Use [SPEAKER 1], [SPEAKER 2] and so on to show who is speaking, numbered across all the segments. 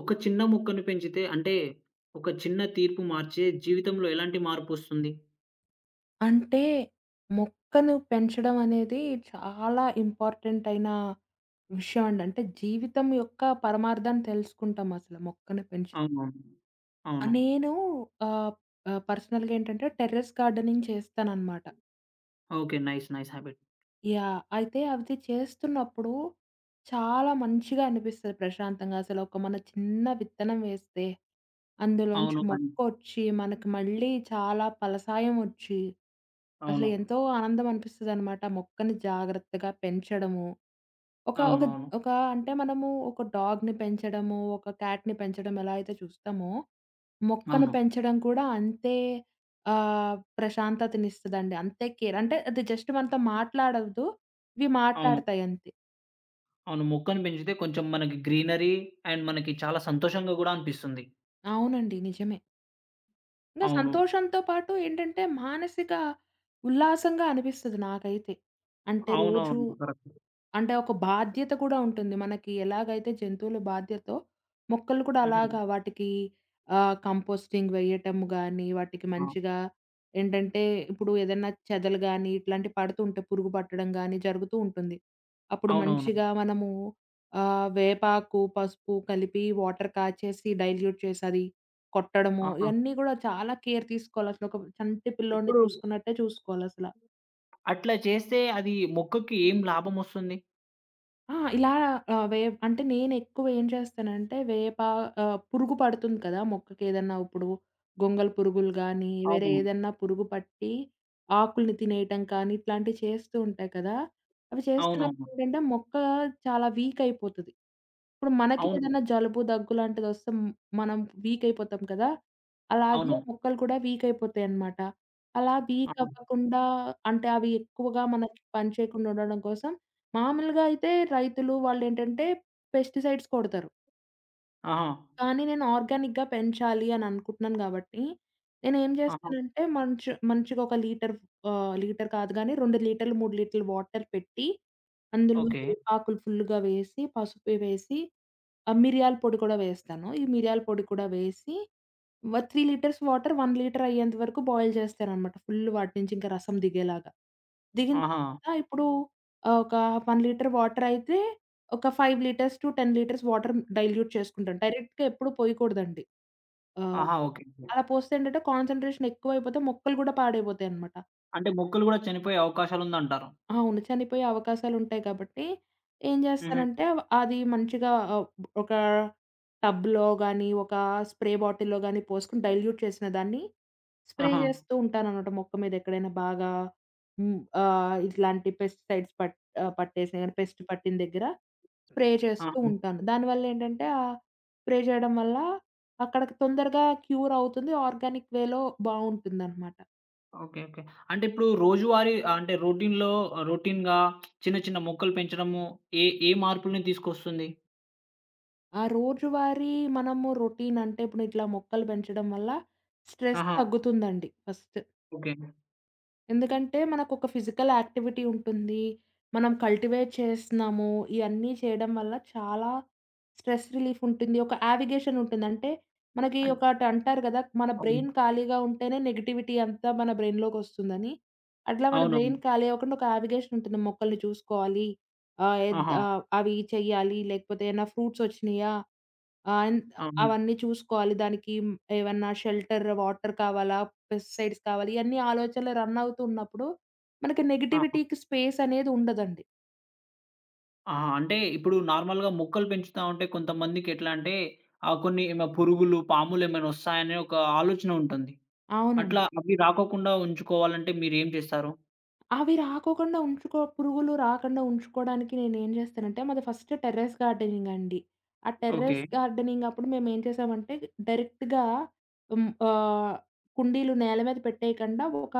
[SPEAKER 1] ఒక చిన్న మొక్కను పెంచితే అంటే, ఒక చిన్న తీర్పు మార్చే జీవితంలో ఎలాంటి మార్పొస్తుంది?
[SPEAKER 2] అంటే, మొక్కను పెంచడం అనేది చాలా ఇంపార్టెంట్ అయిన విషయం అండి. అంటే, జీవితం యొక్క పరమార్థాన్ని తెలుసుకుంటాం అసలు మొక్కను పెంచితే.
[SPEAKER 1] అవునవును.
[SPEAKER 2] ఆహ్,
[SPEAKER 1] అవును.
[SPEAKER 2] నేను ఆహ్, ఆహ్, పర్సనల్‌గా ఏంటంటే టెర్రస్ గార్డెనింగ్ చేస్తాననమాట.
[SPEAKER 1] Okay. Nice. Nice habit.
[SPEAKER 2] Yeah! అయితే అది చేస్తున్నప్పుడు చాలా మంచిగా అనిపిస్తది ప్రశాంతంగా. అసలు ఒక మన చిన్న విత్తనం వేస్తే, అందులోంచి
[SPEAKER 1] అవును.
[SPEAKER 2] మొక్కొచ్చి, మనకి మళ్ళీ చాలా ఫలసాయం ఒచ్చి అసలు
[SPEAKER 1] అవును.
[SPEAKER 2] ఎంతో ఆనందం అనిపిస్తదనమాట. మొక్కని జాగ్రత్తగా పెంచడము. ఒక ఒక
[SPEAKER 1] అవునవును.
[SPEAKER 2] ఒక అంటే మనము ఒక డాగ్‌ని పెంచడము, ఒక క్యాట్‌ని పెంచడం ఎలా అయితే చూస్తామో, మొక్కను
[SPEAKER 1] అవును.
[SPEAKER 2] పెంచడం కూడా అంతే ప్రశాంతతనిస్తదండి. అంతే కేర్. అంటే అది జస్ట్ మనతో మాట్లాడదు. ఇవి
[SPEAKER 1] అవును. అవును.
[SPEAKER 2] మాట్లాడతాయి అంతే.
[SPEAKER 1] అవును మొక్కను పెంచితే కొంచెం మనకి గ్రీనరీ అండ్ మనకి చాలా సంతోషంగా గూడా అనిపిస్తుంది.
[SPEAKER 2] అవునండి. నిజమే. ఇంకా
[SPEAKER 1] అవును.
[SPEAKER 2] సంతోషంతో పాటు ఏంటంటే మానసిక ఉల్లాసంగా అనిపిస్తది నాకైతే. అంటే రోజు
[SPEAKER 1] అవునవును. కరెక్ట్.
[SPEAKER 2] అంటే ఒక బాధ్యత కూడా ఉంటుంది. మనకి ఎలాగైతే జంతువుల బాధ్యతో, మొక్కలు కూడా
[SPEAKER 1] హుహు.
[SPEAKER 2] అలాగా వాటికి కంపోస్టింగ్ వేయటం గానీ, వాటికి
[SPEAKER 1] ఆ!
[SPEAKER 2] మంచిగా ఏంటంటే, ఇప్పుడు ఏదన్నా చెదలు గానీ, ఇట్లాంటివి పడుతుంటే పురుగు పట్టడం గానీ జరుగుతూ ఉంటుంది. అప్పుడు
[SPEAKER 1] అవునవును.
[SPEAKER 2] మంచిగా మనము వేపాకు, పసుపు కలిపి వాటర్ కాచేసి డైల్యూట్ చేసి అది కొట్టడము,
[SPEAKER 1] ఆహా!
[SPEAKER 2] ఇయన్నీ గూడా చాలా కేర్ తీసుకోవాలి. అసలు ఒక చంటి పిల్లోడిని
[SPEAKER 1] ఇప్పుడు
[SPEAKER 2] చూసుకున్నట్టే చూసుకోవాలసల.
[SPEAKER 1] అట్లా చేస్తే అది మొక్కకి ఏం లాభమొస్తుంది?
[SPEAKER 2] ఆ! ఇలా ఆహ్, వే అంటే నేనెక్కువ ఏం చేస్తానంటే పురుగు పడుతుంది కదా! మొక్కకేదన్నా ఇప్పుడు గొంగళి పురుగులు గానీ, వేరే
[SPEAKER 1] అవునవును.
[SPEAKER 2] ఏదన్నా పురుగు పట్టి ఆకుల్ని తినేయటం కానీ, ఇట్లాంటివి చేస్తూ ఉంటాయి కదా! అవి
[SPEAKER 1] అవునవును.
[SPEAKER 2] చేస్తున్నప్పుడేంటంటే మొక్క చాలా వీక్ అయిపోతది. ఇప్పుడు మనకి
[SPEAKER 1] అవును.
[SPEAKER 2] ఏదైనా జలుబు, దగ్గు లాంటిదొస్తే మనం వీక్ అయిపోతాం కదా! అలాగే
[SPEAKER 1] అవునవును అవును.
[SPEAKER 2] మొక్కలు కూడా వీక్ అయిపోతాయన్నమాట. అలా వీక్
[SPEAKER 1] అవును.
[SPEAKER 2] అవ్వకుండా అంటే అవి ఎక్కువగా మనకి పని చేయకుండా ఉండడం కోసం మామూలుగా అయితే రైతులు వాళ్ళేంటంటే పెస్టిసైడ్స్ కొడతారు.
[SPEAKER 1] ఆహా! ఆహా!
[SPEAKER 2] కానీ నేను ఆర్గానిక్‌గా పెంచాలి అని అనుకుంటున్నాను కాబట్టి, నేనేం
[SPEAKER 1] ఆహా!
[SPEAKER 2] చేస్తానంటే మంచి మంచిగా లీటర్ కాదు గానీ 2 లీటర్లు, 3 లీటర్లు వాటర్ పెట్టి అందులో
[SPEAKER 1] ఓకే.
[SPEAKER 2] వేపాకులు ఫుల్లుగా వేసి, పసుపు వేసి ఆ! మిరియాల పొడి కూడా వేస్తాను. ఈ మిరియాల పొడి కూడా వేసి 3 లీటర్స్ వాటర్ 1 లీటర్ అయ్యేంత వరకు బాయిల్ చేస్తారనమాట. ఫుల్ వాటి నుంచి ఇంకా రసం దిగేలాగా. దిగిన
[SPEAKER 1] ఆహా!
[SPEAKER 2] తర్వాత ఇప్పుడు ఆహ్, ఒక 1 లీటర్ వాటర్ అయితే ఒక 5 litres to 10 litres water dilute చేసుకుంటాను. డైరెక్ట్‌గా ఎప్పుడు పోయకూడదండి. ఆహ్,
[SPEAKER 1] ఆహా! ఓకే.
[SPEAKER 2] అలా పోస్తే ఏంటంటే కాన్సంట్రేషన్ ఎక్కువైపోతే మొక్కలు కూడా పాడైపోతాయనమాట.
[SPEAKER 1] అంటే మొక్కలు గూడా చనిపోయే అవకాశాలుందంటారు.
[SPEAKER 2] అవును. చనిపోయే అవకాశాలుంటాయి కాబట్టి, ఏం
[SPEAKER 1] హుహు.
[SPEAKER 2] చేస్తానంటే అది మంచిగా ఒక టబ్‌లో గానీ, ఒక స్ప్రే బాటిల్‌లో గానీ పోసుకొని డైల్యూట్ చేసిన దాన్ని స్ప్రే
[SPEAKER 1] ఆహా!
[SPEAKER 2] చేస్తూ ఉంటాననమాట మొక్క మీద. ఎక్కడైనా బాగా ఇట్లాంటి పట్టేసినయి గానీ, పెస్ట్ పట్టిన దగ్గర స్ప్రే చేస్తూ
[SPEAKER 1] ఆహా!
[SPEAKER 2] ఉంటాను. దానివల్లేంటంటే, ఆ స్ప్రే చేయడం వల్ల అక్కడ తొందరగా క్యూర్ అవుతుంది. ఆర్గానిక్ వేలో బావుంటుందనమాట.
[SPEAKER 1] ఓకే. ఓకే. అంటే ఇప్పుడు రోజువారీ అంటే రొటీన్‌గా చిన్న చిన్న మొక్కలు పెంచడము ఏ ఏ మార్పుల్ని తీసుకొస్తుంది?
[SPEAKER 2] ఆ రోజువారీ మనము రొటీన్ అంటే ఇప్పుడు ఇట్లా మొక్కలు పెంచడం వల్ల స్ట్రెస్
[SPEAKER 1] ఆహా!
[SPEAKER 2] తగ్గుతుందండి ఫస్ట్.
[SPEAKER 1] ఓకే.
[SPEAKER 2] ఎందుకంటే మనకొక ఫిజికల్ యాక్టివిటీ ఉంటుంది. మనం కల్టివేట్ చేస్తున్నాము. ఇయన్నీ చేయడం వల్ల చాలా స్ట్రెస్ రిలీఫ్ ఉంటుంది. ఒక యావిగేషన్ ఉంటుంది. అంటే మనకి
[SPEAKER 1] అన్
[SPEAKER 2] ఒకటి అంటారు గదా! మన బ్రెయిన్
[SPEAKER 1] అవును.
[SPEAKER 2] ఖాళీగా ఉంటేనే నెగటివిటీ అంతా మన బ్రెయిన్‌లోకొస్తుందని. అట్లా మన
[SPEAKER 1] అవునవును.
[SPEAKER 2] బ్రెయిన్ ఖాళీ అవ్వకుండా ఒక యావిగేషన్ ఉంటుంది. మొక్కల్ని చూసుకోవాలి.
[SPEAKER 1] ఆహా!
[SPEAKER 2] అవి చెయ్యాలి లేకపోతే ఏమన్నా ఫ్రూట్స్ వచ్చినాయా? ఆ! అన్
[SPEAKER 1] అవును.
[SPEAKER 2] అవన్నీ చూసుకోవాలి. దానికి ఏమన్నా షెల్టర్, వాటర్ కావాలా? పెస్టిసైడ్స్ కావాలి? ఇయన్నీ ఆలోచనలు రన్ అవుతున్నప్పుడు మనకి
[SPEAKER 1] ఆహా!
[SPEAKER 2] నెగటివిటీకి స్పేస్ అనేది ఉండదండి.
[SPEAKER 1] ఆహా! అంటే ఇప్పుడు నార్మల్‌గా మొక్కలు పెంచుతా ఉంటే కొంతమందికి ఎట్లా అంటే కొన్ని ఏమ పురుగులు, పాములేమైనా ఒస్తాయనే ఒక ఆలోచన ఉంటుంది.
[SPEAKER 2] అవును. అవునండి.
[SPEAKER 1] అట్లా అవి రాకోకుండా ఉంచుకోవాలంటే మీరేం చేస్తారు?
[SPEAKER 2] అవి రాకోకుండా ఉంచుకో పురుగులు రాకుండా ఉంచుకోవడానికి నేనేం చేస్తానంటే, మాది ఫస్ట్ టెర్రస్ గార్డెనింగ్ అండి. ఆ టెర్రస్
[SPEAKER 1] ఓకే.
[SPEAKER 2] గార్డెనింగ్ అప్పుడు మేమేం చేసామంటే డైరెక్ట్‌గా హ్మ్, ఆహ్, కుండీలు నేల మీద పెట్టేయకుండా ఒక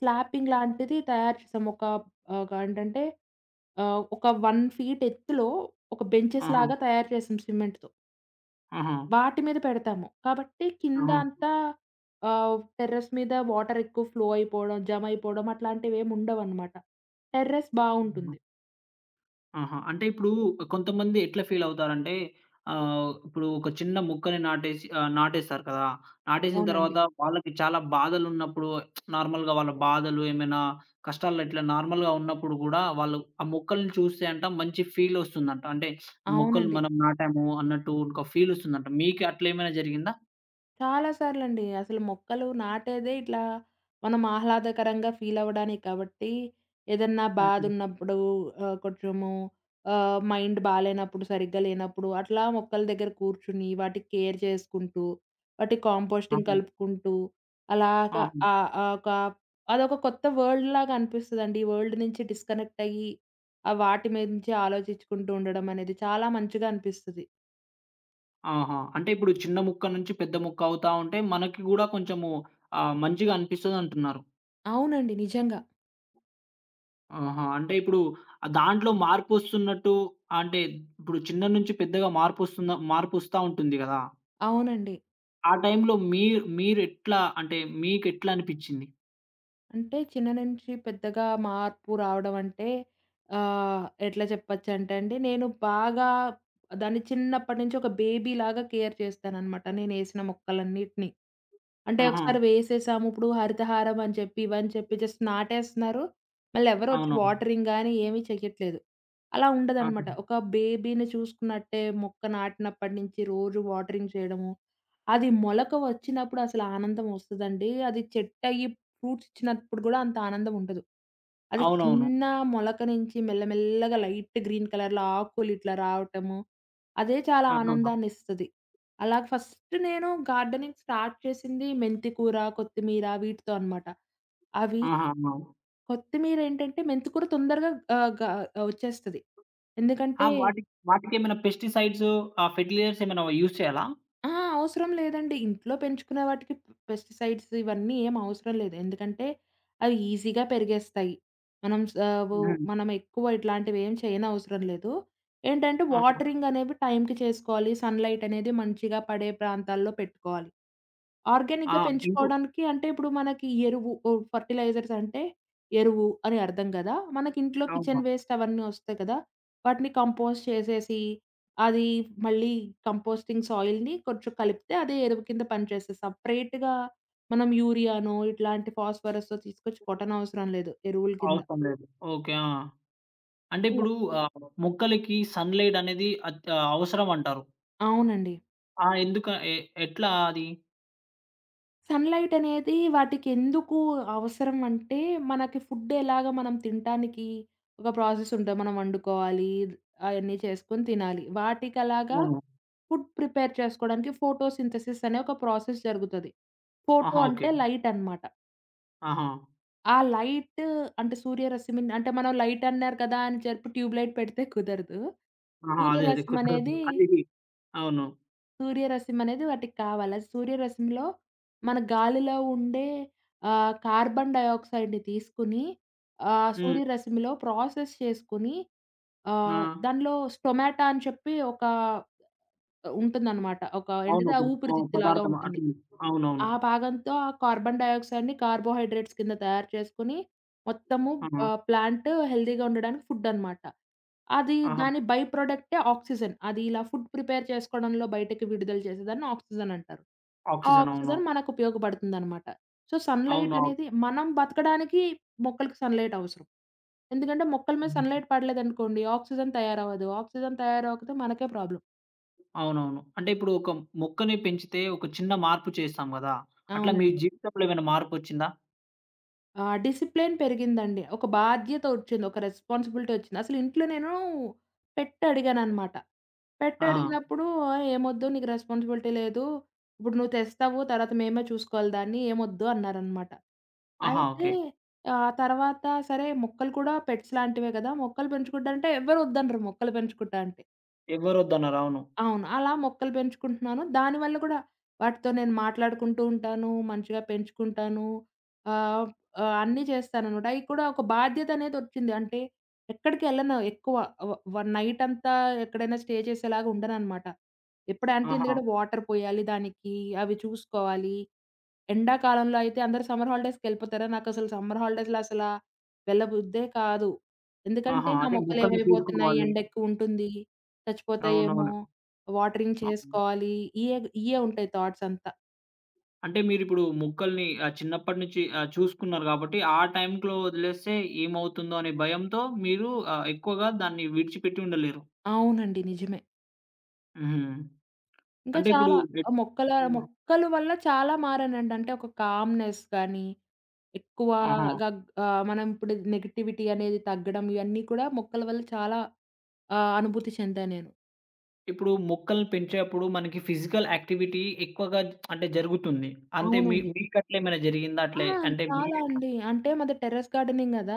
[SPEAKER 2] స్లాపింగ్ లాంటిది తయారు చేసాం. ఒక ఆహ్, ఏంటంటే ఆహ్, ఒక 1 ఫీట్ ఎత్తులో ఒక బెంచెస్
[SPEAKER 1] ఆహా!
[SPEAKER 2] లాగా తయారు చేసాం సిమెంట్‌తో.
[SPEAKER 1] ఆహా!
[SPEAKER 2] వాటి మీద పెడతాము. కాబట్టి కింద
[SPEAKER 1] ఆహా!
[SPEAKER 2] అంతా టెర్రస్ మీద వాటర్ ఎక్కువ ఫ్లో అయిపోవడం, జమ అయిపోవడం అట్లాంటివేమి ఉండవనమాట. టెర్రస్
[SPEAKER 1] హుహు.
[SPEAKER 2] బావుంటుంది.
[SPEAKER 1] ఆహా! అంటే ఇప్పుడు కొంతమంది ఎట్లా ఫీల్ అవుతారంటే ఇప్పుడు ఒక చిన్న మొక్కని నాటేసి నాటేస్తారు కదా! నాటేసిన
[SPEAKER 2] అవునండి.
[SPEAKER 1] తర్వాత వాళ్ళకి చాలా బాధలున్నప్పుడు నార్మల్‌గా వాళ్ళ బాధలు ఏమైనా కష్టాల్లో ఇట్లా నార్మల్‌గా ఉన్నప్పుడు గూడా వాళ్ళు ఆ మొక్కల్ని చూస్తే అంట మంచి ఫీల్ ఒస్తుందంట. అంటే మొక్కలు
[SPEAKER 2] అవునండి.
[SPEAKER 1] మనం నాటాము అన్నట్టు ఒక ఫీల్ ఒస్తుందంట. మీకు అట్లేమైనా జరిగిందా?
[SPEAKER 2] చాలా సార్లండి. అసలు మొక్కలు నాటేదే ఇట్లా మనం ఆహ్లాదకరంగా ఫీలవ్వడానికి కాబట్టి, ఏదన్నా
[SPEAKER 1] హుహు.
[SPEAKER 2] బాధున్నప్పుడు కొంచెము మైండ్ బాలేనప్పుడు, సరిగ్గా లేనప్పుడు అట్లా మొక్కల దగ్గర కూర్చుని, వాటి కేర్ చేసుకుంటూ, వాటి కాంపోస్టింగ్
[SPEAKER 1] ఆహా!
[SPEAKER 2] కలుపుకుంటూ, అలాగా
[SPEAKER 1] ఆహా!
[SPEAKER 2] ఆహ్, ఆహ్, ఒక అదొక కొత్త వరల్డ్‌లాగా అనిపిస్తదండి. ఈ వరల్డ్ నుంచి డిస్కనెక్ట్ అయ్యి, ఆ వాటి మీద నుంచి ఆలోచించుకుంటూ ఉండడం అనేది చాలా మంచిగా అనిపిస్తది.
[SPEAKER 1] ఆహా! అంటే ఇప్పుడు చిన్న ముక్క నుంచి పెద్ద ముక్క అవుతా ఉంటే మనకి గూడా కొంచెము మంచిగా అనిపిస్తదంటున్నారు.
[SPEAKER 2] అవునండి. నిజంగా.
[SPEAKER 1] ఆహా! అంటే ఇప్పుడు దాంట్లో మార్పొస్తున్నట్టు అంటే ఇప్పుడు చిన్న నుంచి పెద్దగా మార్పొస్తా ఉంటుంది గదా!
[SPEAKER 2] అవునండి.
[SPEAKER 1] ఆ టైంలో మీరెట్లా అంటే మీకెట్లా అనిపిచ్చింది?
[SPEAKER 2] అంటే చిన్న నుంచి పెద్దగా మార్పు రావడం అంటే ఎట్లా చెప్పొచ్చంటే అండి, నేను బాగా దాన్ని చిన్నప్పటి నుంచి ఒక బేబీలాగా కేర్ చేస్తాననమాట. నేనేసిన మొక్కలన్నిటిని. అంటే
[SPEAKER 1] ఆహా!
[SPEAKER 2] ఒకసారి వేసేసాము. ఇప్పుడు హరితహారం అని చెప్పి, ఇవని చెప్పి జస్ట్ నాటేస్తున్నారు. మళ్ళీ ఎవరు వచ్చి
[SPEAKER 1] అవునవును.
[SPEAKER 2] వాటరింగ్ గాని ఏమి చెయ్యట్లేదు. అలా
[SPEAKER 1] ఆహా!
[SPEAKER 2] ఉండదనమాట. ఒక బేబీని చూసుకున్నట్టే మొక్క నాటినప్పటి నుంచి రోజు వాటరింగ్ చేయడము. అది మొలక వచ్చినప్పుడు అసలు ఆనందం వస్తదండి. అది చెట్టయ్యి ఫ్రూట్స్ ఇచ్చినప్పుడు గూడా అంత ఆనందం ఉండదు. అది
[SPEAKER 1] అవునవును.
[SPEAKER 2] చిన్న మొలక నుంచి మెల్లమెల్లగా లైట్ గ్రీన్ కలర్‌లో ఆకులు ఇట్లా రావటము. అదే చాలా
[SPEAKER 1] ఆహాహా!
[SPEAKER 2] ఆనందాన్నిస్తది. అలా ఫస్ట్ నేను గార్డెనింగ్ స్టార్ట్ చేసింది మెంతి కూర, కొత్తిమీర వీటితో అనమాట. అవి
[SPEAKER 1] ఆహా! అవును.
[SPEAKER 2] కొత్తిమీర ఏంటంటే మెంతి కూర తొందరగా ఆహ్, గ వచ్చేస్తది.
[SPEAKER 1] ఆ!
[SPEAKER 2] ఎందుకంటే
[SPEAKER 1] వాటికేమైనా పెస్టిసైడ్స్ ఆ ఫెర్టిలైజర్స్ ఏమైనా యూజ్ చేయాలా?
[SPEAKER 2] ఆ! అవసరం లేదండి. ఇంట్లో పెంచుకునే వాటికి పెస్టిసైడ్స్ ఇవన్నీ ఏం అవసరం లేదు. ఎందుకంటే అవి ఈజీగా పెరిగేస్తాయి. మనం స వు
[SPEAKER 1] హ్మ్.
[SPEAKER 2] మనం ఎక్కువ ఇట్లాంటివి ఏం చేయనవసరం లేదు. ఏంటంటే
[SPEAKER 1] ఆహా!
[SPEAKER 2] వాటరింగ్ అనేవి టైంకి చేసుకోవాలి. సన్‌లైట్ అనేది మంచిగా పడే ప్రాంతాల్లో పెట్టుకోవాలి.
[SPEAKER 1] ఆ!
[SPEAKER 2] ఆర్గానిక్‌గా
[SPEAKER 1] ఇంకో
[SPEAKER 2] పెంచుకోవడానికి అంటే ఇప్పుడు మనకి ఎరువు ఓ ఫెర్టిలైజర్స్ అంటే ఎరువు అని అర్థం గదా! మనకి ఇంట్లో కిచెన్
[SPEAKER 1] అవును.
[SPEAKER 2] వేస్ట్ అవన్నీ వస్తాయి కదా! వాటిని కంపోస్ట్ చేసేసి అది మళ్ళీ కంపోస్టింగ్ సాయిల్‌ని కొంచెం కలిపితే అదే ఎరువు కింద పనిచేస్తది. సెపరేట్‌గా మనం యూరియానో ఇట్లాంటి ఫాస్ఫరసో తీసుకొచ్చి కొట్టనవసరం లేదు ఎరువుల కింద.
[SPEAKER 1] అవసరం లేదు. ఓకే. ఆ! అంటే
[SPEAKER 2] ఇలా
[SPEAKER 1] ఇప్పుడు మొక్కలకి సన్‌లైట్ అనేది అవసరం అంటారు.
[SPEAKER 2] అవునండి.
[SPEAKER 1] ఆ! ఎందుక ఎ ఎట్లా అది?
[SPEAKER 2] సన్‌లైట్ అనేది వాటికెందుకు అవసరం అంటే, మనకి ఫుడ్ ఎలాగ మనం తినటానికి ఒక ప్రాసెస్ ఉంటది. మనం వండుకోవాలి, అయన్నీ చేసుకొని తినాలి. వాటికలాగా
[SPEAKER 1] అవును.
[SPEAKER 2] ఫుడ్ ప్రిపేర్ చేసుకోవడానికి ఫోటోసింథసిస్ అనే ఒక ప్రాసెస్ జరుగుతది. ఫోటో
[SPEAKER 1] ఆహా! ఓకే.
[SPEAKER 2] అంటే లైట్ అన్నమాట.
[SPEAKER 1] ఆహా!
[SPEAKER 2] ఆ లైట్ అంటే సూర్యరశ్మి అంటే మనం లైట్ అన్నారు కదా! అని చెప్పి ట్యూబ్ లైట్ పెడితే కుదరదు.
[SPEAKER 1] ఆహా! అదే అదే
[SPEAKER 2] సూర్యరశ్మి
[SPEAKER 1] కుదరదు.
[SPEAKER 2] అనేది
[SPEAKER 1] అది అవును.
[SPEAKER 2] సూర్యరశ్మి అనేది వాటికి కావాలి. ఆ సూర్యరశ్మిలో మన గాలిలో ఉండే కార్బన్ డయాక్సైడ్‌ని తీసుకొని
[SPEAKER 1] హ్మ్.
[SPEAKER 2] సూర్యరశ్మిలో ప్రాసెస్ చేసుకొని
[SPEAKER 1] ఆ!
[SPEAKER 2] దానిలో స్టొమాటా అని చెప్పి ఉంటుందనమాట. ఒక
[SPEAKER 1] అవును.
[SPEAKER 2] ఏంటిది, ఆ
[SPEAKER 1] ఒక- అవును.
[SPEAKER 2] ఊపిరితిత్తులాగా
[SPEAKER 1] పదార్థం
[SPEAKER 2] ఉంటుంది.
[SPEAKER 1] అట్లనే. అవునవును.
[SPEAKER 2] ఆ భాగంతో ఆ కార్బన్ డయాక్సైడ్‌ని కార్బోహైడ్రేట్స్ కింద తయారు చేసుకొని, మొత్తము
[SPEAKER 1] ఆ!
[SPEAKER 2] ప్లాంట్ హెల్తీగా ఉండడానికి ఫుడ్ అనమాట. అది
[SPEAKER 1] ఆహా!
[SPEAKER 2] దాని బై ప్రొడక్టే ఆక్సిజన్. అది ఇలా ఫుడ్ ప్రిపేర్ చేసుకోవడంలో బయటకి విడుదల చేసేదాన్ని ఆక్సిజన్ అంటారు. ఆ
[SPEAKER 1] ఆక్సిజన్ అవునవును.
[SPEAKER 2] ఆక్సిజన్ మనకు ఉపయోగపడుతుందనమాట. సో, సన్‌లైట్
[SPEAKER 1] అవును. ఆక్
[SPEAKER 2] అనేది మనం బతకడానికి మొక్కలకి సన్‌లైట్ అవసరం. ఎందుకంటే మొక్కల మీద సన్‌లైట్ పడలేదనుకోండి, ఆక్సిజన్ తయారవ్వదు. ఆక్సిజన్ తయారవ్వకపోతే మనకే ప్రాబ్లమ్.
[SPEAKER 1] అవునవును. అంటే ఇప్పుడు ఒక మొక్కని పెంచితే ఒక చిన్న మార్పు చేస్తాం గదా! అట్లా మీ
[SPEAKER 2] అవునండి.
[SPEAKER 1] జీవితంలో ఏమైనా మార్పొచ్చిందా?
[SPEAKER 2] ఆ! డిసిప్లిన్ పెరిగిందండి. ఒక బాధ్యత ఒచ్చింది. ఒక రెస్పాన్సిబిలిటీ ఒచ్చింది. అసలు ఇంట్లో నేను పెట్ అడిగాననమాట. పెట్
[SPEAKER 1] ఆహా!
[SPEAKER 2] అడిగినప్పుడు "ఓయ్! ఏమొద్దు నీకు రెస్పాన్సిబిలిటీ లేదు. ఇప్పుడు నువ్వు తెస్తావు. తర్వాత మేమే చూసుకోవాలి దాన్ని. ఏమొద్దు" అన్నారనమాట.
[SPEAKER 1] ఆహా!
[SPEAKER 2] అయితే
[SPEAKER 1] ఓకే.
[SPEAKER 2] ఆ తర్వాత సరే మొక్కలు కూడా పెట్స్ లాంటివే గదా! మొక్కలు పెంచుకుంటా అంటే ఎవ్వరు ఒద్దనరు మొక్కలు పెంచుకుంటా అంటే.
[SPEAKER 1] ఎవ్వరొద్దన్నారు. అవును.
[SPEAKER 2] అవును. అలా మొక్కలు పెంచుకుంటున్నాను. దానివల్ల గూడా వాటితో నేను మాట్లాడుకుంటూ ఉంటాను. మంచిగా పెంచుకుంటాను. ఆహ్, ఆహ్, అన్నీ చేస్తాననమాట. అయి కూడా ఒక బాధ్యతనేదొచ్చింది. అంటే ఎక్కడికెళ్ళను ఎక్కువ. వ వ నైటంతా ఎక్కడైనా స్టే చేసేలాగా ఉండననమాట.
[SPEAKER 1] ఆహా!
[SPEAKER 2] ఎందుకంటే వాటర్ పోయాలి దానికి, అవి చూసుకోవాలి. ఎండాకాలంలో అయితే అందరూ సమ్మర్ హాలిడేస్‌కెళ్ళిపోతారా? నాకసలు సమ్మర్ హాలిడేస్‌లో అసలా వెళ్ళబుద్దే కాదు. ఎందుకంటే,
[SPEAKER 1] ఆహా!
[SPEAKER 2] నా
[SPEAKER 1] అదే మొక్కల్ని
[SPEAKER 2] మొక్కలేమైపోతున్నాయి,
[SPEAKER 1] చూసుకోవాలి.
[SPEAKER 2] ఎండెక్కువుంటుంది, చచ్చిపోతాయేమో,
[SPEAKER 1] అవునవును.
[SPEAKER 2] వాటరింగ్
[SPEAKER 1] అవును.
[SPEAKER 2] చేసుకోవాలి, ఇయ్యే ఉంటాయి థాట్సంతా.
[SPEAKER 1] అంటే మీరిప్పుడు మొక్కల్ని చిన్నప్పటి నుంచి చూసుకున్నారు గాబట్టి, ఆ టైంలో వదిలేస్తే ఏమవుతుందో అనే భయంతో మీరు ఎక్కువగా దాన్ని విడిచిపెట్టి ఉండలేరు.
[SPEAKER 2] అవునండి. నిజమే.
[SPEAKER 1] హ్మ్.
[SPEAKER 2] ఇంకా
[SPEAKER 1] అంటే ఇప్పుడు
[SPEAKER 2] చాలా ఆ
[SPEAKER 1] ఎట్
[SPEAKER 2] మొక్కల
[SPEAKER 1] హ్మ్.
[SPEAKER 2] మొక్కల వల్ల చాలా మారానండి. అంటే, ఒక కామ్‌నెస్ గానీ,
[SPEAKER 1] ఆహా!
[SPEAKER 2] ఎక్కువగా మనం ఇప్పుడు నెగటివిటీ అనేది తగ్గడం, ఇవన్నీ కూడా మొక్కల వల్ల చాలా అనుభూతి చెందా నేను.
[SPEAKER 1] ఇప్పుడు మొక్కల్ని పెంచేప్పుడు మనకి ఫిజికల్ యాక్టివిటీ ఎక్కువగా అంటే జరుగుతుంది. అంతే
[SPEAKER 2] అవునండి.
[SPEAKER 1] మీకట్లా ఏమైనా జరిగిందా?
[SPEAKER 2] ఆ!
[SPEAKER 1] అట్లే అంటే
[SPEAKER 2] చాలా
[SPEAKER 1] మీరెట్లా
[SPEAKER 2] అండి. అంటే మాది టెర్రస్ గార్డెనింగ్ గదా!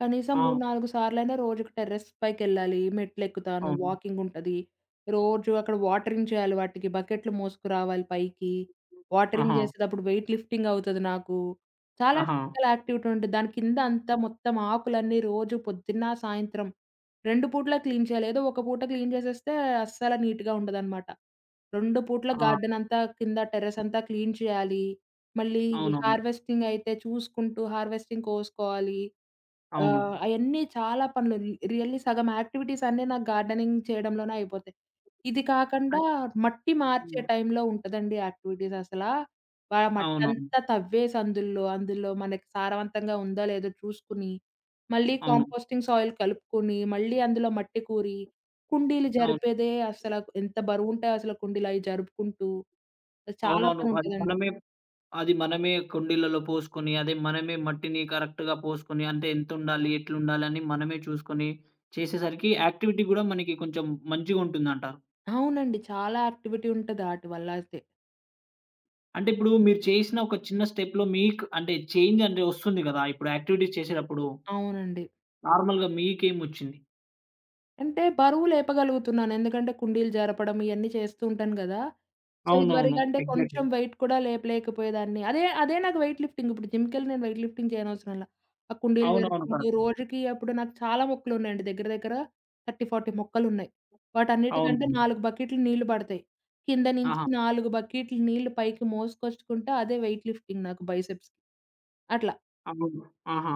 [SPEAKER 2] కనీసం
[SPEAKER 1] ఆ!
[SPEAKER 2] 3, 4 సార్లైనా రోజుకి టెర్రస్ పైకెళ్ళాలి. మెట్లెక్కుతాను,
[SPEAKER 1] అవును.
[SPEAKER 2] వాకింగుంటది. రోజు అక్కడ వాటరింగ్ చేయాలి వాటికి. బకెట్లు మోసుకురావాలి పైకి. వాటరింగ్
[SPEAKER 1] ఆహా!
[SPEAKER 2] చేసేటప్పుడు వెయిట్ లిఫ్టింగ్ అవుతది నాకు. చాలా
[SPEAKER 1] ఆహా!
[SPEAKER 2] ఫిజికల్ యాక్టివిటీ ఉంటది. దాని కింద అంతా మొత్తం ఆకులన్నీ రోజు పొద్దున్న, సాయంత్రం 2 పూటలా క్లీన్ చేయాలి. ఏదో ఒక పూట క్లీన్ చేసేస్తే అస్సల నీట్‌గా ఉండదనమాట. 2 పూట్ల
[SPEAKER 1] ఆ!
[SPEAKER 2] గార్డెనంతా కింద టెర్రసంతా క్లీన్ చేయాలి. మళ్ళీ
[SPEAKER 1] అవునవును.
[SPEAKER 2] హార్వెస్టింగ్ అయితే చూసుకుంటూ హార్వెస్టింగ్ కోసుకోవాలి.
[SPEAKER 1] అవును.
[SPEAKER 2] అయన్నీ చాలా పనులు రియల్లీ సగం యాక్టివిటీస్ అన్నీ నాకు గార్డెనింగ్ చేయడంలోనే అయిపోతాయి. ఇది కాకుండా
[SPEAKER 1] అన్
[SPEAKER 2] మట్టి మార్చే
[SPEAKER 1] హ్మ్.
[SPEAKER 2] టైంలో ఉంటదండి యాక్టివిటీస్ అసలా. ఆ
[SPEAKER 1] అవునవును.
[SPEAKER 2] మట్టంతా తవ్వేసి అందులో మనకి సారవంతంగా ఉందో లేదో చూసుకుని, మళ్ళీ
[SPEAKER 1] అవును.
[SPEAKER 2] కాంపోస్టింగ్ సాయిల్ కలుపుకొని, మళ్ళీ అందులో మట్టి కూరి, కుండీలు
[SPEAKER 1] అవును.
[SPEAKER 2] జరిపేదే అసల ఎంత బరువుంటాయో అసల కుండీలు అయి జరుపుకుంటూ చాలా
[SPEAKER 1] అవునవును.
[SPEAKER 2] పని ఉంటదండి.
[SPEAKER 1] అది మనమే కుండీలలో పోసుకొని, అదే మనమే మట్టిని కరెక్ట్‌గా పోసుకొని, అంటే ఎంతుండాలి, ఎట్లుండాలని మనమే చూసుకొని చేసేసరికి యాక్టివిటీ గూడా మనకి కొంచెం మంచిగుంటుందంటారు.
[SPEAKER 2] అవునండి. చాలా యాక్టివిటీ ఉంటది ఆటి వల్ల అయితే.
[SPEAKER 1] అంటే ఇప్పుడు మీరు చేసిన ఒక చిన్న స్టెప్‌లో మీకు అంటే చేంజ్ అంటే వస్తుంది గదా! ఇప్పుడు యాక్టివిటీస్ చేసేటప్పుడు
[SPEAKER 2] అవునండి.
[SPEAKER 1] నార్మల్‌గా మీకేమొచ్చింది?
[SPEAKER 2] అంటే బరువు లేపగలుగుతున్నాను. ఎందుకంటే కుండీలు జరపడం ఇయన్నీ చేస్తూ ఉంటాను గదా! సో,
[SPEAKER 1] అవునవును.
[SPEAKER 2] ఇదివరకంటే
[SPEAKER 1] ఎగ్జాక్ట్‌లీ.
[SPEAKER 2] కొంచెం వెయిట్ కూడా లేపలేకపోయేదాన్ని. అదే అదే నాకు వెయిట్ లిఫ్టింగ్. ఇప్పుడు జిమ్‌కెళ్ళి నేను వెయిట్ లిఫ్టింగ్ చేయనవసరంలా. ఆ కుండీలు
[SPEAKER 1] అవునవును.
[SPEAKER 2] జరుపుకుంటూ
[SPEAKER 1] కరెక్ట్.
[SPEAKER 2] రోజుకి అప్పుడు నాకు చాలా మొక్కలున్నాయండి. దగ్గర దగ్గర 30, 40 మొక్కలున్నాయి. వాటన్నిటికంటే
[SPEAKER 1] అవును.
[SPEAKER 2] 4 బకెట్లు నీళ్లు పడతాయి. కింద నుంచి
[SPEAKER 1] ఆహా!
[SPEAKER 2] 4 బకెట్లు నీళ్లు పైకి మోసుకొచ్చుకుంటా అదే వెయిట్ లిఫ్టింగ్ నాకు బైసెప్స్‌కి. అట్లా.
[SPEAKER 1] అవును. ఆహా!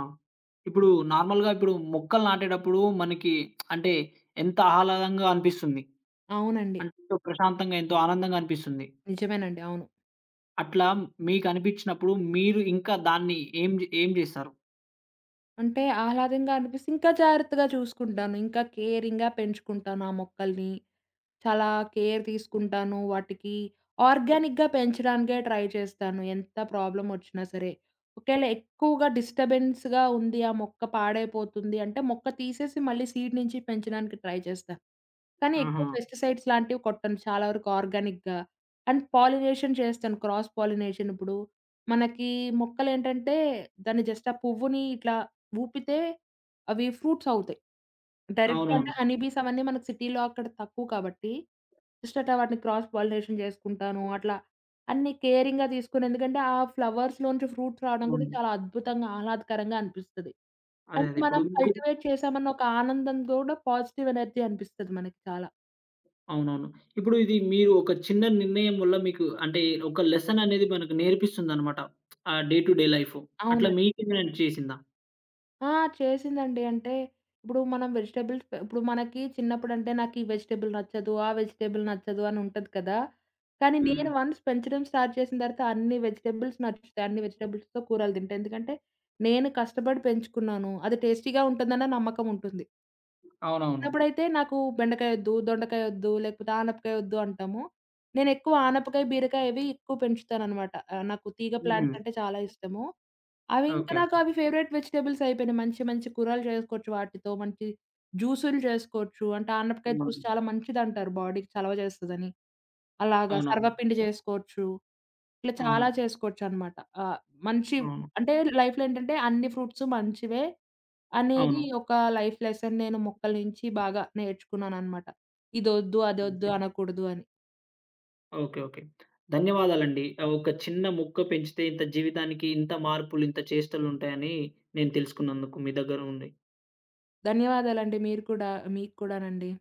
[SPEAKER 1] ఇప్పుడు నార్మల్‌గా ఇప్పుడు మొక్కలు నాటేటప్పుడు మనకి అంటే ఎంత ఆహ్లాదంగా అనిపిస్తుంది?
[SPEAKER 2] అవునండి.
[SPEAKER 1] అంటే ఎంతో ప్రశాంతంగా, ఎంతో ఆనందంగా అనిపిస్తుంది.
[SPEAKER 2] నిజమేనండి. అవును.
[SPEAKER 1] అట్లా మీకనిపించినప్పుడు మీరు ఇంకా దాన్ని ఏం జేస్తారు?
[SPEAKER 2] అంటే ఆహ్లాదంగా అనిపిస్తే ఇంకా జాగ్రత్తగా చూసుకుంటాను. ఇంకా కేరింగ్‌గా పెంచుకుంటాను ఆ మొక్కల్ని. చాలా కేర్ తీసుకుంటాను. వాటికి ఆర్గానిక్‌గా పెంచడానికే ట్రై చేస్తాను. ఎంత ప్రాబ్లమ్ ఒచ్చినా సరే. ఒకేళ ఎక్కువగా డిస్టర్బెన్స్‌గా ఉంది, ఆ మొక్క పాడైపోతుంది అంటే మొక్క తీసేసి మళ్ళీ సీడ్ నుంచి పెంచడానికి ట్రై చేస్తా. కానీ
[SPEAKER 1] ఆహా!
[SPEAKER 2] ఎక్కువ పెస్టిసైడ్స్ లాంటివి కొట్టను. చాలా వరకు ఆర్గానిక్‌గా అండ్ పాలినేషన్ చేస్తాను. క్రాస్ పాలినేషన్ ఇప్పుడు మనకి మొక్కలేంటంటే దాన్ని జస్ట్ ఆ పువ్వుని ఇట్లా ఊపితే అవి ఫ్రూట్స్ అవుతాయి. డైరెక్ట్‌గా అంటే
[SPEAKER 1] అవునవును.
[SPEAKER 2] హనీ బీస్ అవన్నీ మనకు సిటీలో అక్కడ తక్కువ కాబట్టి, జస్ట్ అట్లా వాటిని క్రాస్ పాలినేషన్ చేసుకుంటాను. అట్లా అన్ని కేరింగ్‌గా తీసుకొని ఎందుకంటే ఆ ఫ్లవర్స్‌లోంచి ఫ్రూట్స్ రావడం కూడా
[SPEAKER 1] అవును.
[SPEAKER 2] చాలా అద్భుతంగా, ఆహ్లాదకరంగా అనిపిస్తది.
[SPEAKER 1] అదే.
[SPEAKER 2] అంటే
[SPEAKER 1] అదే. ఇప్పుడు
[SPEAKER 2] మనం
[SPEAKER 1] మీకు
[SPEAKER 2] కల్టివేట్ చేశామన్న ఒక ఆనందం కూడా పాజిటివ్ ఎనర్జీ అనిపిస్తది మనకి చాలా.
[SPEAKER 1] అవునవును. ఇప్పుడు ఇది మీరు ఒక చిన్న నిర్ణయం వల్ల మీకు అంటే ఒక లెసన్ అనేది మనకు నేర్పిస్తుందనమాట. ఆ డే టు డే లైఫు. అట్లా
[SPEAKER 2] అవును.
[SPEAKER 1] మీకేమైనా చేసిందా?
[SPEAKER 2] ఆ! చేసిందండి. అంటే ఇప్పుడు మనం వెజిటబుల్స్ ఇప్పుడు మనకి చిన్నప్పుడంటే నాకు ఈ వెజిటబుల్ నచ్చదు, ఆ వెజిటబుల్ నచ్చదు అని ఉంటది కదా! కానీ
[SPEAKER 1] హ్మ్.
[SPEAKER 2] నేను వన్స్ పెంచడం స్టార్ట్ చేసిన తర్వాత అన్ని వెజిటబుల్స్ నచ్చుతాయి. అన్ని వెజిటబుల్స్‌తో కూరలు తింటా. ఎందుకంటే నేను కష్టపడి పెంచుకున్నాను. అది టేస్టీగా ఉంటుందన్న నమ్మకం ఉంటుంది.
[SPEAKER 1] అవునవును.
[SPEAKER 2] చిన్నప్పుడైతే నాకు బెండకాయ వద్దు, దొండకాయ వద్దు, లేకపోతే ఆనపకాయ వద్దు అంటాము. నేను ఎక్కువ ఆనపకాయ, బీరకాయ ఇవి ఎక్కువ పెంచుతాననమాట. నాకు తీగ
[SPEAKER 1] హుహు.
[SPEAKER 2] ప్లాంట్స్ అంటే చాలా ఇష్టము. అవి ఇంకా
[SPEAKER 1] ఓకే.
[SPEAKER 2] నాకవి ఫేవరెట్ వెజిటబుల్స్ అయిపోయినాయి. మంచి మంచి కూరలు చేసుకోవచ్చు వాటితో. మంచి జ్యూసులు చేసుకోవచ్చు. అంటే ఆనపకాయ జ్యూస్
[SPEAKER 1] అవును.
[SPEAKER 2] చాలా మంచిదంటారు బాడీకి చలవ చేస్తదని. అలాగా
[SPEAKER 1] అవునవును.
[SPEAKER 2] సర్వపిండి చేసుకోవచ్చు. ఇట్లా చాలా
[SPEAKER 1] అవును.
[SPEAKER 2] చేసుకోవచ్చనమాట. ఆహ్, మంచి
[SPEAKER 1] అవును.
[SPEAKER 2] అంటే లైఫ్‌లో ఏంటంటే అన్ని ఫ్రూట్స్ మంచివే అనేది
[SPEAKER 1] అవును.
[SPEAKER 2] ఒక లైఫ్ లెసన్ నేను మొక్కల నుంచి బాగా నేర్చుకున్నాననమాట. ఇదొద్దు, అదొద్దు
[SPEAKER 1] ఓకే.
[SPEAKER 2] అనకూడదు అని.
[SPEAKER 1] ఓకే. ఓకే. ధన్యవాదాలండి. ఒక చిన్న మొక్క పెంచితే ఇంత జీవితానికి ఇంత మార్పులు, ఇంత చేష్టలుంటాయని నేను తెలుసుకున్నందుకు మీ దగ్గర నుండి.
[SPEAKER 2] ధన్యవాదాలండి. మీరు కూడా మీకు కూడానండి.